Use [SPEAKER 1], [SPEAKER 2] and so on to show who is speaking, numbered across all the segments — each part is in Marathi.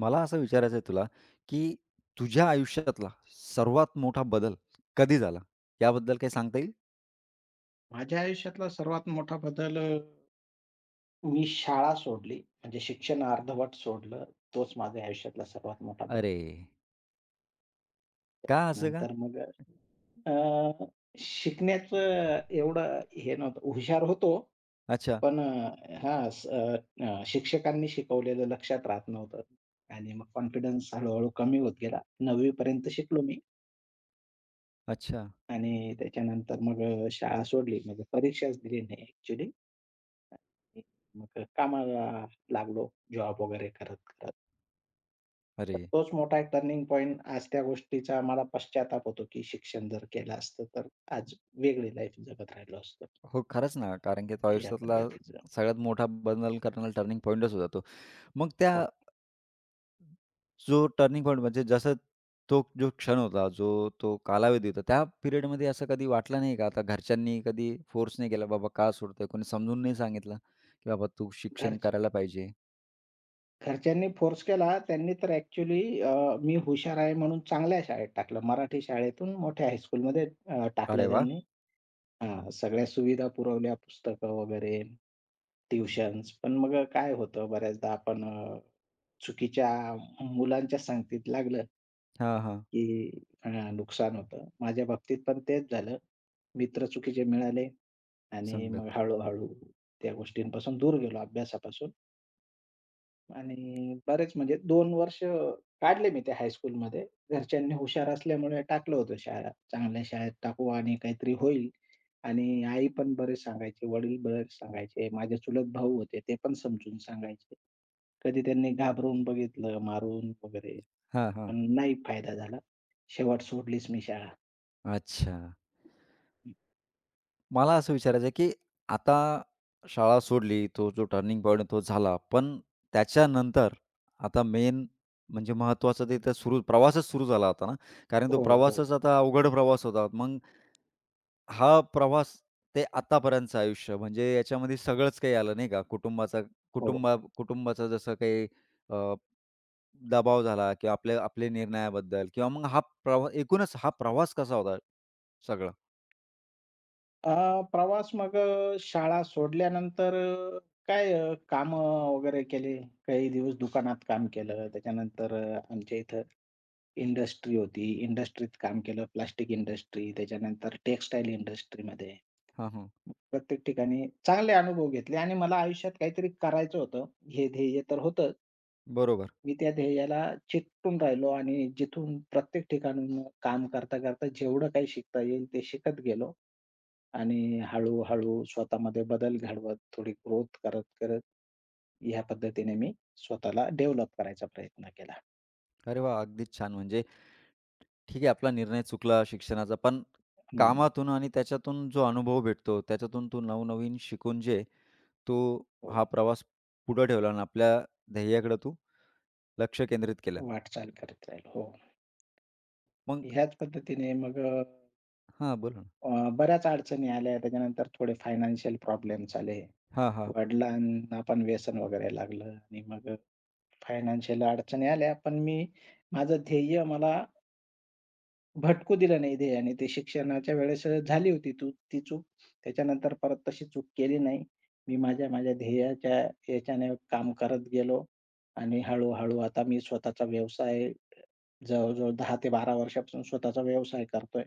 [SPEAKER 1] मला असं विचारायचं आहे तुला, की तुझ्या आयुष्यातला सर्वात मोठा बदल कधी झाला? याबद्दल काही सांगता येईल?
[SPEAKER 2] माझ्या आयुष्यातला सर्वात मोठा बदल मी शाळा सोडली. म्हणजे शिक्षण अर्धवट सोडलं. तोच माझ्या आयुष्यातला सर्वात मोठा बदल.
[SPEAKER 1] अरे! का असं का?
[SPEAKER 2] नंतर मग अ, शिकण्याचं एवढं हे नव्हतं. हुशार होतो,
[SPEAKER 1] अच्छा,
[SPEAKER 2] पण अ, हां, स अ, शिक्षकांनी शिकवलेलं लक्षात राहत नव्हतं आणि मग कॉन्फिडन्स हळू कमी होत गेला. 9वी पर्यंत शिकलो मी
[SPEAKER 1] अच्छा.
[SPEAKER 2] आणि त्याच्यानंतर मग शाळा सोडली. म्हणजे परीक्षाच दिली नाही ॲक्चुअली. मग कामाला लागलो जॉब वगैरे करत-करत.
[SPEAKER 1] अरे!
[SPEAKER 2] तर तोच मोठा एक टर्निंग पॉइंट, आज त्या गोष्टीचा मला पश्चाताप होतो, की शिक्षण जर केलं असतं, तर आज वेगळी लाईफ जगत राहिलो असतो,
[SPEAKER 1] हो, खरंच ना. कारण की तो
[SPEAKER 2] या
[SPEAKER 1] आयुष्यातला
[SPEAKER 2] पद्धतीचं.
[SPEAKER 1] सगळ्यात मोठा बदल करणारा टर्निंग पॉइंटच होता तो. मग त्या
[SPEAKER 2] हो.
[SPEAKER 1] जो टर्निंग पॉइंट म्हणजे जसं तो जो क्षण होता, जो तो कालावधी होता, त्या पिरियडमध्ये असं कधी वाटलं नाही का? आता घरच्यांनी कधी फोर्स नाही केला, "बाबा का सोडतोय?" कोणी समजून नाही सांगितलं, की "बाबा तू
[SPEAKER 2] घर
[SPEAKER 1] शिक्षण करायला पाहिजे."
[SPEAKER 2] घरच्यांनी फोर्स केला. त्यांनी तर ॲक्चुअली मी हुशार आहे म्हणून चांगल्या शाळेत टाकलं. मराठी शाळेतून मोठ्या हायस्कूलमध्ये
[SPEAKER 1] अरे
[SPEAKER 2] टाकलं
[SPEAKER 1] वाह!
[SPEAKER 2] त्यांनी. हां, सगळ्या सुविधा पुरवल्या, पुस्तकं वगैरे, ट्युशन्स. पण मग काय होतं बऱ्याचदा आपण चुकीच्या मुलांच्या संगतीत लागलं
[SPEAKER 1] हां, हां.
[SPEAKER 2] की नुकसान होतं. माझ्या बाबतीत पण तेच झालं. मित्र चुकीचे मिळाले आणि
[SPEAKER 1] संगत.
[SPEAKER 2] मग हळू-हळू त्या गोष्टींपासून दूर गेलो, अभ्यासापासून. आणि बरेच म्हणजे 2 वर्ष काढले मी त्या हायस्कूलमध्ये. घरच्यांनी हुशार असल्यामुळे टाकलं होतं शाळा. चांगल्या शाळेत टाकू आणि काहीतरी होईल. आणि आई पण बरेच सांगायचे, वडील बरेच सांगायचे. माझे चुलत भाऊ होते, ते पण समजून सांगायचे. कधी त्यांनी घाबरवून बघितलं, मारून वगैरे,
[SPEAKER 1] हां, हां.
[SPEAKER 2] पण नाही फायदा झाला. शेवट सोडलीच मी शाळा.
[SPEAKER 1] अच्छा. मला असं विचारायचं आहे, की आता शाळा सोडली, तो जो टर्निंग पॉइंट तो झाला. पण त्याच्यानंतर आता मेन म्हणजे महत्त्वाचं ते तर सुरू प्रवासच सुरू झाला होता ना. कारण तो
[SPEAKER 2] हो, हो,
[SPEAKER 1] प्रवासच आता अवघड प्रवास होता. मग हा प्रवास ते आतापर्यंतचं आयुष्य म्हणजे याच्यामध्ये सगळंच काही आलं नाही का. कुटुंबाचा
[SPEAKER 2] हो.
[SPEAKER 1] कुटुंबा कुटुंबाचा जसं काही अ, दबाव झाला किंवा आपले निर्णयाबद्दल किंवा मग हा एकूणच हा प्रवास कसा होता सगळा?
[SPEAKER 2] अ, प्रवास मग शाळा सोडल्यानंतर, काय कामं वगैरे केले. काही दिवस दुकानात काम केलं. त्याच्यानंतर आमच्या इथं इंडस्ट्री होती. इंडस्ट्रीत काम केलं. प्लास्टिक इंडस्ट्री, त्याच्यानंतर टेक्सटाईल इंडस्ट्रीमध्ये.
[SPEAKER 1] हां, हां.
[SPEAKER 2] प्रत्येक ठिकाणी चांगले अनुभव घेतले आणि मला आयुष्यात काहीतरी करायचं होतं. हे ध्येय तर होतंच.
[SPEAKER 1] बरोबर.
[SPEAKER 2] मी त्या ध्येयाला चिकटून राहिलो आणि जिथून प्रत्येक ठिकाणून काम करता, करता जेवढं काही शिकता येईल ते शिकत गेलो. आणि हळू-हळू स्वतःमध्ये बदल घडवत, थोडी ग्रोथ करत-करत, ह्या पद्धतीने मी स्वतःला डेव्हलप करायचा प्रयत्न केला.
[SPEAKER 1] अरे वाह! अगदीच छान. म्हणजे ठीक आहे आपला निर्णय चुकला शिक्षणाचा, पण
[SPEAKER 2] हं.
[SPEAKER 1] कामातून आणि त्याच्यातून जो अनुभव भेटतो, त्याच्यातून तू नवनवीन शिकून जे तू
[SPEAKER 2] हो.
[SPEAKER 1] हा प्रवास पुढे ठेवला आणि आपल्या ध्येयाकडे तू लक्ष केंद्रित केलं.
[SPEAKER 2] वाटचाल करत राहिलो. हो.
[SPEAKER 1] मग
[SPEAKER 2] ह्याच पद्धतीने मग
[SPEAKER 1] हां, बोला ना.
[SPEAKER 2] बऱ्याच अडचणी आल्या. त्याच्यानंतर थोडे फायनान्शियल प्रॉब्लेम्स आले.
[SPEAKER 1] हां, हां.
[SPEAKER 2] वडिलांना पण व्यसन वगैरे लागलं आणि मग फायनान्शियल अडचणी आल्या. पण मी माझं ध्येय मला भटकू दिलं नाही, ध्येयाने. ते शिक्षणाच्या वेळेस झाली होती तू ती चूक. त्याच्यानंतर परत तशी चूक केली नाही. मी माझ्या माझ्या ध्येयाच्या याच्याने काम करत गेलो आणि हळू-हळू आता मी स्वतःचा व्यवसाय, जवळ-जवळ 10 ते 12 वर्षापासून स्वतःचा व्यवसाय करतोय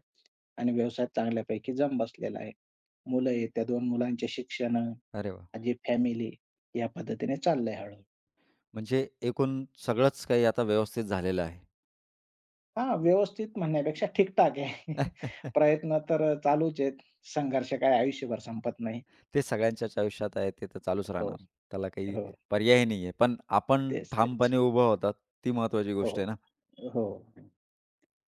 [SPEAKER 2] आणि व्यवसाय चांगल्यापैकी जम बसलेला आहे. मुलं आहेत, त्या 2 मुलांचे शिक्षण,
[SPEAKER 1] अरे वाह!
[SPEAKER 2] माझी फॅमिली, या पद्धतीने चाललंय हळू.
[SPEAKER 1] म्हणजे एकूण सगळंच काही आता व्यवस्थित झालेलं आहे.
[SPEAKER 2] हां, व्यवस्थित म्हणण्यापेक्षा ठीक आहे. प्रयत्न तर चालूच आहेत. संघर्ष काय आयुष्यभर संपत नाही.
[SPEAKER 1] ते सगळ्यांच्याच आयुष्यात आहे, ते तर चालूच
[SPEAKER 2] हो.
[SPEAKER 1] राहणार. त्याला काही
[SPEAKER 2] हो.
[SPEAKER 1] पर्याय नाही आहे. पण आपण
[SPEAKER 2] तेच, तेच.
[SPEAKER 1] ठामपणे उभं होतात, ती महत्त्वाची
[SPEAKER 2] हो,
[SPEAKER 1] गोष्ट आहे ना.
[SPEAKER 2] हो.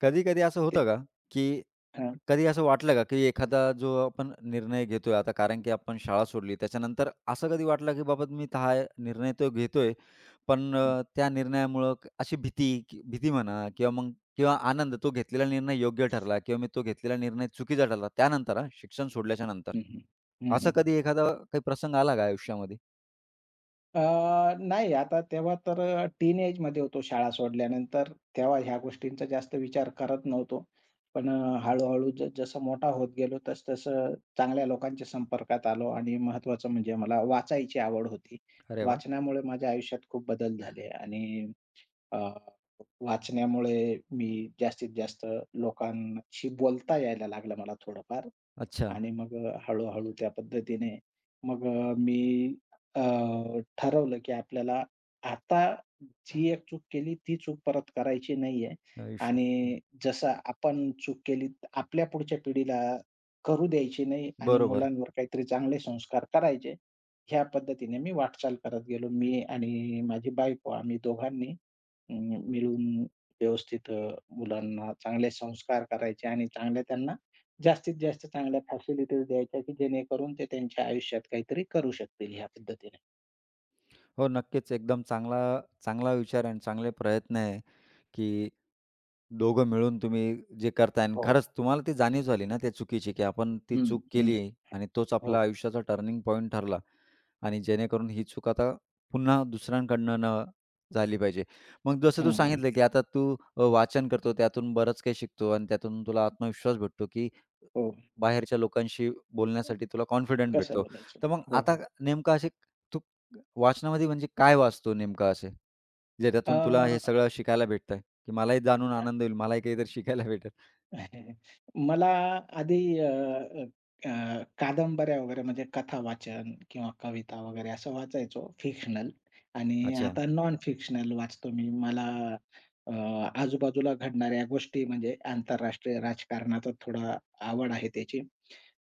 [SPEAKER 1] कधी-कधी असं होतं
[SPEAKER 2] ते
[SPEAKER 1] का, की
[SPEAKER 2] हां.
[SPEAKER 1] कधी असं वाटलं का, की एखादा जो आपण निर्णय घेतोय आता कारण की आपण शाळा सोडली त्याच्यानंतर असं कधी वाटलं, की बाबा मी तर हा निर्णय तो घेतोय, पण
[SPEAKER 2] हं,
[SPEAKER 1] त्या निर्णयामुळं अशी भीती की भीती म्हणा किंवा मग किंवा आनंद तो घेतलेला निर्णय योग्य ठरला किंवा मी तो घेतलेला निर्णय चुकीचा ठरला त्यानंतर हां, शिक्षण सोडल्याच्या नंतर.
[SPEAKER 2] हं, हं. हं,
[SPEAKER 1] असा
[SPEAKER 2] हं.
[SPEAKER 1] कधी एखादा काही प्रसंग आला का आयुष्यामध्ये?
[SPEAKER 2] अ, नाही, आता तेव्हा तर टीनएजमध्ये होतो शाळा सोडल्यानंतर. तेव्हा ह्या गोष्टींचा जास्त विचार करत नव्हतो. पण हळू-हळू जसं मोठा होत गेलो, तसं-तसं चांगल्या लोकांच्या संपर्कात आलो आणि महत्त्वाचं म्हणजे मला वाचायची आवड होती.
[SPEAKER 1] अरे वाह!
[SPEAKER 2] वाचनामुळे माझ्या आयुष्यात खूप बदल झाले आणि अ, वाचण्यामुळे मी जास्तीत जास्त लोकांशी बोलता यायला लागलं, मला थोडंफार.
[SPEAKER 1] अच्छा,
[SPEAKER 2] आणि मग हळू-हळू त्या पद्धतीने मग मी अ, ठरवलं, की आपल्याला आता जी एक चूक केली ती चूक परत करायची नाहीये.
[SPEAKER 1] आयुष्यात. हं,
[SPEAKER 2] आणि जसं आपण चूक केली, आपल्या पुढच्या पिढीला करू द्यायची नाही आणि
[SPEAKER 1] बरोबर.
[SPEAKER 2] मुलांवर काहीतरी चांगले संस्कार करायचे. ह्या पद्धतीने मी वाटचाल करत गेलो. मी आणि माझी बायको, आम्ही दोघांनी अ, मिळून व्यवस्थित, मुलांना चांगले संस्कार करायचे आणि चांगल्या त्यांना जास्तीत जास्त चांगल्या फॅसिलिटीज द्यायच्या, की जेणेकरून ते त्यांच्या आयुष्यात काहीतरी करू शकतील, ह्या पद्धतीने.
[SPEAKER 1] हो, नक्कीच एकदम चांगला चांगला विचार आणि चांगले प्रयत्न आहे, की दोघं मिळून तुम्ही जे करताय आणि
[SPEAKER 2] हो.
[SPEAKER 1] खरंच तुम्हाला ती जाणीव झाली ना त्या चुकीची, की आपण ती
[SPEAKER 2] हं,
[SPEAKER 1] चूक
[SPEAKER 2] हं.
[SPEAKER 1] केली आहे आणि तोच आपला
[SPEAKER 2] हो.
[SPEAKER 1] आयुष्याचा टर्निंग पॉइंट ठरला आणि जेणेकरून ही चूक आता पुन्हा दुसऱ्यांकडनं न झाली पाहिजे. मग जसं तू
[SPEAKER 2] हं, हं.
[SPEAKER 1] सांगितलं, की आता तू वाचन करतो, त्यातून बरंच काही शिकतो आणि त्यातून तुला आत्मविश्वास भेटतो, की
[SPEAKER 2] हो.
[SPEAKER 1] बाहेरच्या लोकांशी बोलण्यासाठी तुला कॉन्फिडंट
[SPEAKER 2] कसं
[SPEAKER 1] भेटतो.
[SPEAKER 2] बोलायचं?
[SPEAKER 1] तर मग
[SPEAKER 2] हो.
[SPEAKER 1] आता नेमकं असे तू वाचनामध्ये म्हणजे काय वाचतो नेमकं असे? ज्याच्यातून तुला हे
[SPEAKER 2] अ
[SPEAKER 1] सगळं शिकायला भेटतंय, की मलाही जाणून आनंद होईल, मलाही काहीतरी शिकायला भेटेल?
[SPEAKER 2] मला आधी अ, अ, अ, कादंबऱ्या वगैरे, म्हणजे कथा वाचन किंवा कविता वगैरे असं वाचायचो, फिक्शनल. आणि
[SPEAKER 1] अच्छा.
[SPEAKER 2] आता नॉन फिक्शनल वाचतो मी. मला अ, आजूबाजूला घडणाऱ्या गोष्टी, म्हणजे आंतरराष्ट्रीय राजकारणाचा थोडा आवड आहे त्याची.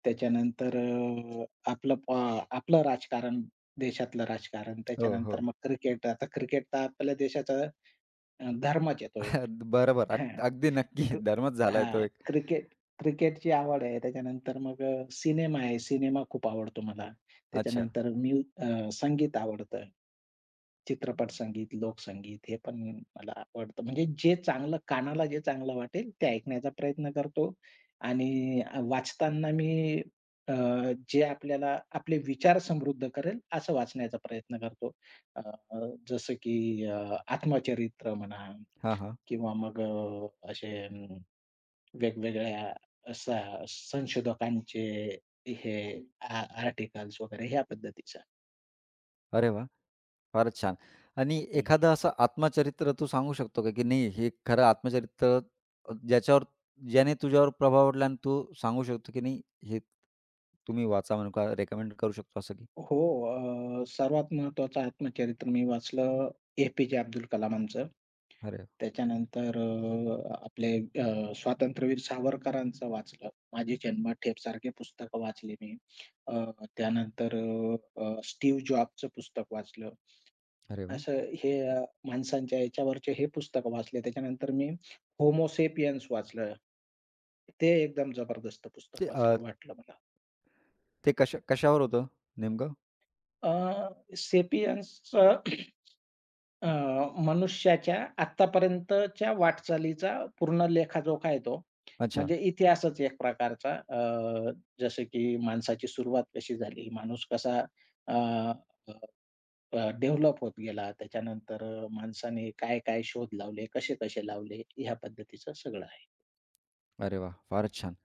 [SPEAKER 2] त्याच्यानंतर अ, आपलं प आपलं राजकारण, देशातलं राजकारण,
[SPEAKER 1] हो,
[SPEAKER 2] त्याच्यानंतर
[SPEAKER 1] हो.
[SPEAKER 2] मग क्रिकेट. आता क्रिकेट तर आपल्या देशाचा धर्मच आहे एक.
[SPEAKER 1] बरोबर. अगदी नक्की
[SPEAKER 2] क्रि
[SPEAKER 1] धर्मच झालाय तो
[SPEAKER 2] हां,
[SPEAKER 1] एक.
[SPEAKER 2] क्रिकेटची आवड आहे. त्याच्यानंतर मग सिनेमा आहे. सिनेमा खूप आवडतो मला.
[SPEAKER 1] अच्छा.
[SPEAKER 2] त्याच्यानंतर संगीत आवडतं. चित्रपट संगीत, लोकसंगीत हे पण मला आवडतं. म्हणजे जे चांगलं कानाला, जे चांगलं वाटेल ते ऐकण्याचा प्रयत्न करतो. आणि वाचताना मी अ, जे आपल्याला आपले विचार समृद्ध करेल असं वाचण्याचा प्रयत्न करतो. अ, अ, जसं की अ, आत्मचरित्र म्हणा
[SPEAKER 1] हां, हां.
[SPEAKER 2] किंवा मग असे वेगवेगळ्या असा संशोधकांचे हे आ आर्टिकल्स वगैरे ह्या पद्धतीचा.
[SPEAKER 1] अरे वाह! फारच छान. आणि
[SPEAKER 2] हं.
[SPEAKER 1] एखादं असं आत्मचरित्र तू सांगू शकतो का, की नाही हे खरं आत्मचरित्र ज्याच्यावर ज्याने तुझ्यावर प्रभाव पडला आणि तू सांगू शकतो, की नाही हे तुम्ही वाचा म्हणून का रेकमेंड करू शकतो असं की?
[SPEAKER 2] हो, सर्वात महत्त्वाचं आत्मचरित्र मी वाचलं, ए-पी-जे अब्दुल कलामांचं.
[SPEAKER 1] अरे वाह!
[SPEAKER 2] त्याच्यानंतर आपले स्वातंत्र्यवीर सावरकरांचं वाचलं. माझी जन्मठेप सारखी पुस्तकं वाचली मी. अ, त्यानंतर अ, अ, स्टीव्ह जॉबचं पुस्तक वाचलं.
[SPEAKER 1] अरे वाह!
[SPEAKER 2] असं हे माणसांच्या याच्यावरचे हे पुस्तकं वाचले. त्याच्यानंतर मी होमो वाचलं. ते एकदम जबरदस्त
[SPEAKER 1] ते
[SPEAKER 2] पुस्तक वाचलं, वाटलं मला.
[SPEAKER 1] ते कशा कशावर होतं नेमकं?
[SPEAKER 2] अ, सेपियन्सचं, अ, मनुष्याच्या आत्तापर्यंतच्या वाटचालीचा पूर्ण लेखाजोखा आहे तो.
[SPEAKER 1] अच्छा.
[SPEAKER 2] म्हणजे इतिहासच एक प्रकारचा. जसं की माणसाची सुरुवात कशी झाली, माणूस कसा डेव्हलप होत गेला, त्याच्यानंतर माणसाने काय-काय शोध लावले, कसे-कसे लावले, ह्या पद्धतीचं सगळं आहे.
[SPEAKER 1] अरे वाह! फारच छान.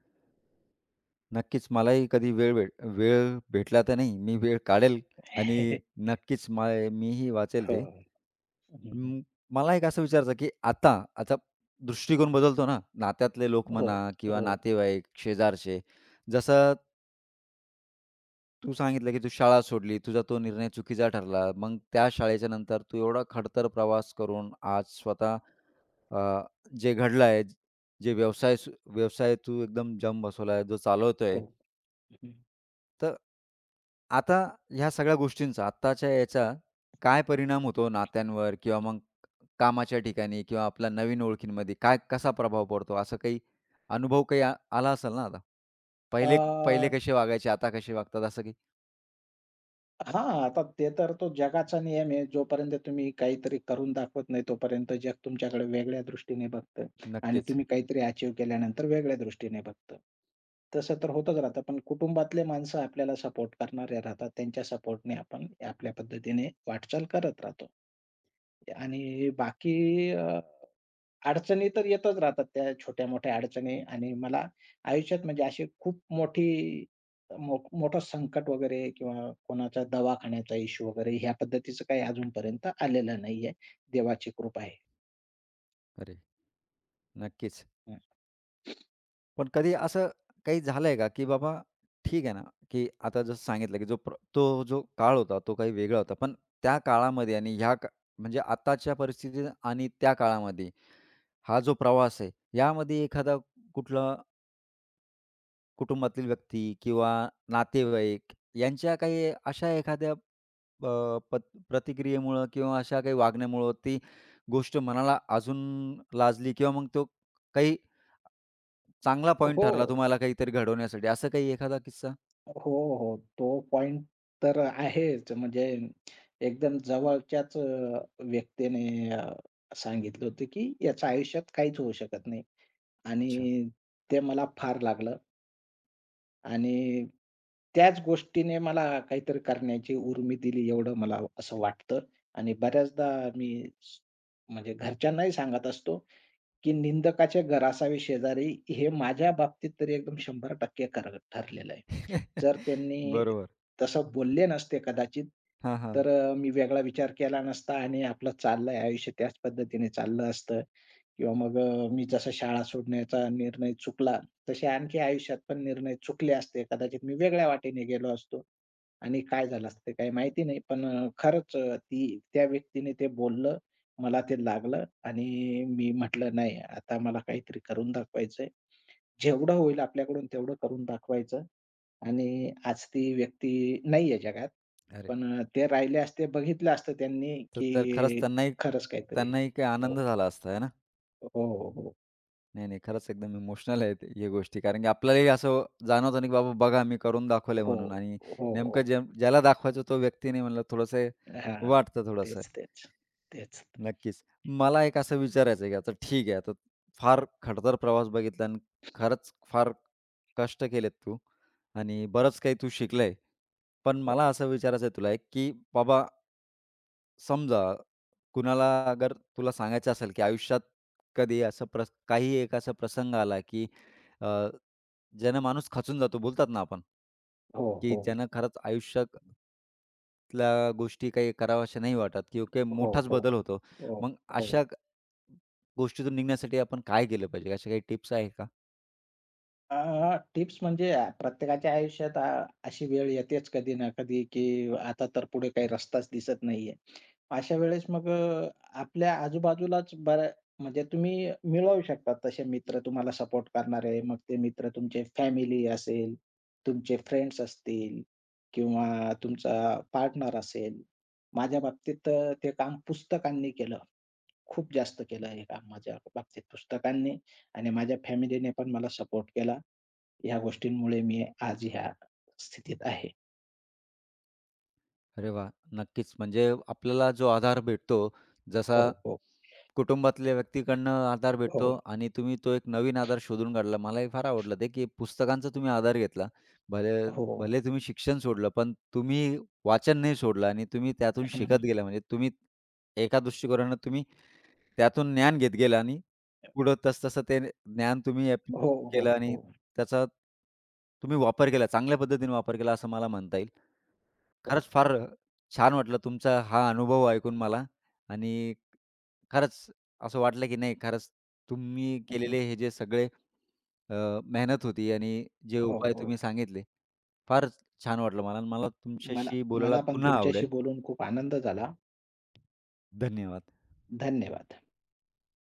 [SPEAKER 1] नक्कीच मलाही कधी वेळ वेळ भेटला तर नाही. मी वेळ काढेल आणि नक्कीच मीही वाचेल
[SPEAKER 2] हो.
[SPEAKER 1] ते.
[SPEAKER 2] हं,
[SPEAKER 1] अं, मला एक असं विचारायचं की आता आता दृष्टिकोन बदलतो ना, नात्यातले लोक
[SPEAKER 2] हो,
[SPEAKER 1] म्हणा किंवा
[SPEAKER 2] हो,
[SPEAKER 1] नातेवाईक, शेजारचे. जसं तू सांगितलं की तू शाळा सोडली, तुझा तो निर्णय चुकीचा ठरला. मग त्या शाळेच्या नंतर तू एवढा खडतर प्रवास करून आज स्वतः अ, जे घडलं आहे, जे व्यवसाय व्यवसाय तू एकदम जम बसवला आहे, जो चालवतोय.
[SPEAKER 2] हो.
[SPEAKER 1] तर आता ह्या सगळ्या गोष्टींचा आत्ताच्या याचा काय परिणाम होतो नात्यांवर किंवा मग कामाच्या ठिकाणी किंवा आपल्या नवीन ओळखींमध्ये काय कसा प्रभाव पडतो? असं काही अनुभव काही आला असेल ना आता? पहिले पहिले
[SPEAKER 2] अ,
[SPEAKER 1] कसे वागायचे, आता कसे वागतात असं काही?
[SPEAKER 2] हां, आता ते तर, तो जगाचा नियम आहे. जोपर्यंत तुम्ही काहीतरी करून दाखवत नाही, तोपर्यंत जग तुमच्याकडे वेगळ्या दृष्टीने बघतं आणि
[SPEAKER 1] नक्कीच.
[SPEAKER 2] तुम्ही काहीतरी अचीव्ह केल्यानंतर वेगळ्या दृष्टीने बघतं. तसं तर होतच राहतं. पण कुटुंबातले माणसं आपल्याला सपोर्ट करणारे राहतात. त्यांच्या सपोर्टने आपण आपल्या पद्धतीने वाटचाल करत राहतो. आणि बाकी अडचणी तर येतच राहतात, त्या छोट्या-मोठ्या अडचणी. आणि मला आयुष्यात म्हणजे अशी खूप मोठी मोठं संकट वगैरे, किंवा कोणाचा दवाखान्याचा इश्यू वगैरे, ह्या पद्धतीचं काही अजूनपर्यंत आलेलं नाहीये. देवाची कृपा आहे.
[SPEAKER 1] अरे! नक्कीच.
[SPEAKER 2] हं.
[SPEAKER 1] पण कधी असं काही झालंय का, की बाबा ठीक आहे ना, की आता जसं सांगितलं, की जो तो जो काळ होता तो काही वेगळा होता. पण त्या काळामध्ये आणि ह्या म्हणजे आताच्या परिस्थितीत आणि त्या काळामध्ये हा जो प्रवास आहे, यामध्ये एखादा कुठला कुटुंबातील व्यक्ती किंवा नातेवाईक यांच्या काही अशा एखाद्या प्रतिक्रियेमुळं किंवा अशा काही वागण्यामुळं ती गोष्ट मनाला अजून लाजली किंवा मग तो काही चांगला पॉइंट
[SPEAKER 2] हो.
[SPEAKER 1] ठरला तुम्हाला काहीतरी घडवण्यासाठी, असं काही एखादा किस्सा?
[SPEAKER 2] हो, हो. तो पॉइंट तर आहेच. म्हणजे एकदम जवळच्याच व्यक्तीने सांगितलं होतं, की याच्या आयुष्यात काहीच होऊ शकत नाही.
[SPEAKER 1] अच्छा.
[SPEAKER 2] आणि ते मला फार लागलं. आणि त्याच गोष्टीने मला काहीतरी करण्याची उर्मी दिली, एवढं मला असं वाटतं. आणि बऱ्याचदा मी स- म्हणजे घरच्यांनाही सांगत असतो, की निंदकाचे घर असावे शेजारी, हे माझ्या बाबतीत तरी एकदम 100% खरं ठरलेलं आहे. जर त्यांनी
[SPEAKER 1] बरोबर.
[SPEAKER 2] तसं बोलले नसते कदाचित,
[SPEAKER 1] हां, हां.
[SPEAKER 2] तर मी वेगळा विचार केला नसता आणि आपलं चाललंय आयुष्य त्याच पद्धतीने चाललं असतं. किंवा मग मी जसा शाळा सोडण्याचा निर्णय चुकला, तसे आणखी आयुष्यात पण निर्णय चुकले असते. कदाचित मी वेगळ्या वाटेने गेलो असतो आणि काय झालं असतं ते काही माहिती नाही. पण खरंच, ती त्या व्यक्तीने ते बोललं, मला ते लागलं आणि मी म्हटलं, "नाही, आता मला काहीतरी करून दाखवायचंय." जेवढं होईल आपल्याकडून तेवढं करून दाखवायचं. आणि आज ती व्यक्ती नाहीये जगात.
[SPEAKER 1] अरे!
[SPEAKER 2] पण ते राहिले असते, बघितलं असतं त्यांनी,
[SPEAKER 1] तर तर खरंच
[SPEAKER 2] की
[SPEAKER 1] त्यांनाही
[SPEAKER 2] खरंच काहीतरी.
[SPEAKER 1] त्यांनाही काही
[SPEAKER 2] हो.
[SPEAKER 1] आनंद झाला असता, आहे ना?
[SPEAKER 2] हो, हो, हो.
[SPEAKER 1] नाही, नाही. खरंच एकदम इमोशनल आहेत या गोष्टी. कारण की आपल्यालाही असं जाणवतं ना, की बाबा बघा मी करून दाखवलंय
[SPEAKER 2] हो,
[SPEAKER 1] म्हणून आणि
[SPEAKER 2] हो,
[SPEAKER 1] नेमकं
[SPEAKER 2] हो.
[SPEAKER 1] ज्याला दाखवायचं तो व्यक्ती नाही म्हणलं थोडंसं
[SPEAKER 2] हां.
[SPEAKER 1] वाटतं थोडंसं.
[SPEAKER 2] तेच, तेच. तेच.
[SPEAKER 1] नक्कीच. मला एक असं विचारायचं आहे, की आता ठीक आहे, आता फार खडतर प्रवास बघितला आणि खरंच फार कष्ट केलेत तू आणि बरंच काही तू शिकलंय. पण मला असं विचारायचं आहे तुला एक, की बाबा समजा कुणाला अगर तुला सांगायचं असेल, की आयुष्यात कधी असं काही एक असा प्रसंग आला, की अ, ज्यानं माणूस खचून जातो. बोलतात ना आपण,
[SPEAKER 2] हो,
[SPEAKER 1] की
[SPEAKER 2] हो.
[SPEAKER 1] ज्यानं खरंच आयुष्यात ...तल्या गोष्टी काही कराव्याशा नाही वाटत किंवा काही
[SPEAKER 2] हो,
[SPEAKER 1] मोठाच
[SPEAKER 2] हो.
[SPEAKER 1] बदल होतो.
[SPEAKER 2] हो,
[SPEAKER 1] मग
[SPEAKER 2] हो.
[SPEAKER 1] अशा गोष्टीतून निघण्यासाठी आपण काय केलं पाहिजे? अशा काही टिप्स आहे का?
[SPEAKER 2] अ, टिप्स म्हणजे, प्रत्येकाच्या आयुष्यात अशी वेळ येतेच कधी ना कधी, की आता तर पुढे काही रस्ताच दिसत नाहीये. अशा वेळेस मग आपल्या आजूबाजूलाच म्हणजे तुम्ही मिळवू शकता तसे मित्र, तुम्हाला सपोर्ट करणारे. मग ते मित्र तुमचे फॅमिली असेल, तुमचे फ्रेंड्स असतील किंवा तुमचा पार्टनर असेल. माझ्या बाबतीत तर ते काम पुस्तकांनी केलं. खूप जास्त केलं हे काम माझ्या बाबतीत पुस्तकांनी. आणि माझ्या फॅमिलीने पण मला सपोर्ट केला. ह्या गोष्टींमुळे मी आज ह्या स्थितीत आहे.
[SPEAKER 1] अरे वा, नक्कीच. म्हणजे आपल्याला जो आधार भेटतो, जसा
[SPEAKER 2] हो, हो,
[SPEAKER 1] कुटुंबातल्या व्यक्तीकडनं आधार भेटतो
[SPEAKER 2] हो,
[SPEAKER 1] आणि तुम्ही तो एक नवीन आधार शोधून काढला. मला हे फार आवडलं ते, की पुस्तकांचा तुम्ही आधार घेतला. भले
[SPEAKER 2] हो.
[SPEAKER 1] भले तुम्ही शिक्षण सोडलं, पण तुम्ही वाचन नाही सोडलं आणि तुम्ही त्यातून शिकत
[SPEAKER 2] हं,
[SPEAKER 1] गेला. म्हणजे तुम्ही एका दृष्टिकोनानं तुम्ही त्यातून ज्ञान घेत गेला आणि पुढं तसतसं ते ज्ञान तुम्ही
[SPEAKER 2] हो,
[SPEAKER 1] ॲप्लिकेट
[SPEAKER 2] हो,
[SPEAKER 1] केलं आणि
[SPEAKER 2] हो,
[SPEAKER 1] त्याचा तुम्ही वापर केला. चांगल्या पद्धतीने वापर केला असं मला म्हणता येईल.
[SPEAKER 2] हो.
[SPEAKER 1] खरंच फार छान वाटलं तुमचा हा अनुभव ऐकून मला आणि खरंच असं वाटलं की नाही खरंच तुम्ही केलेले हे जे सगळे अ, मेहनत होती आणि जे
[SPEAKER 2] हो,
[SPEAKER 1] उपाय तुम्ही
[SPEAKER 2] हो.
[SPEAKER 1] सांगितले, फार छान वाटलं मला आणि मला
[SPEAKER 2] मला
[SPEAKER 1] तुमच्याशी बोलायला
[SPEAKER 2] मला पण
[SPEAKER 1] पुन्हा
[SPEAKER 2] तुमच्याशी
[SPEAKER 1] आवडेल.
[SPEAKER 2] बोलून खूप आनंद झाला.
[SPEAKER 1] धन्यवाद.
[SPEAKER 2] धन्यवाद.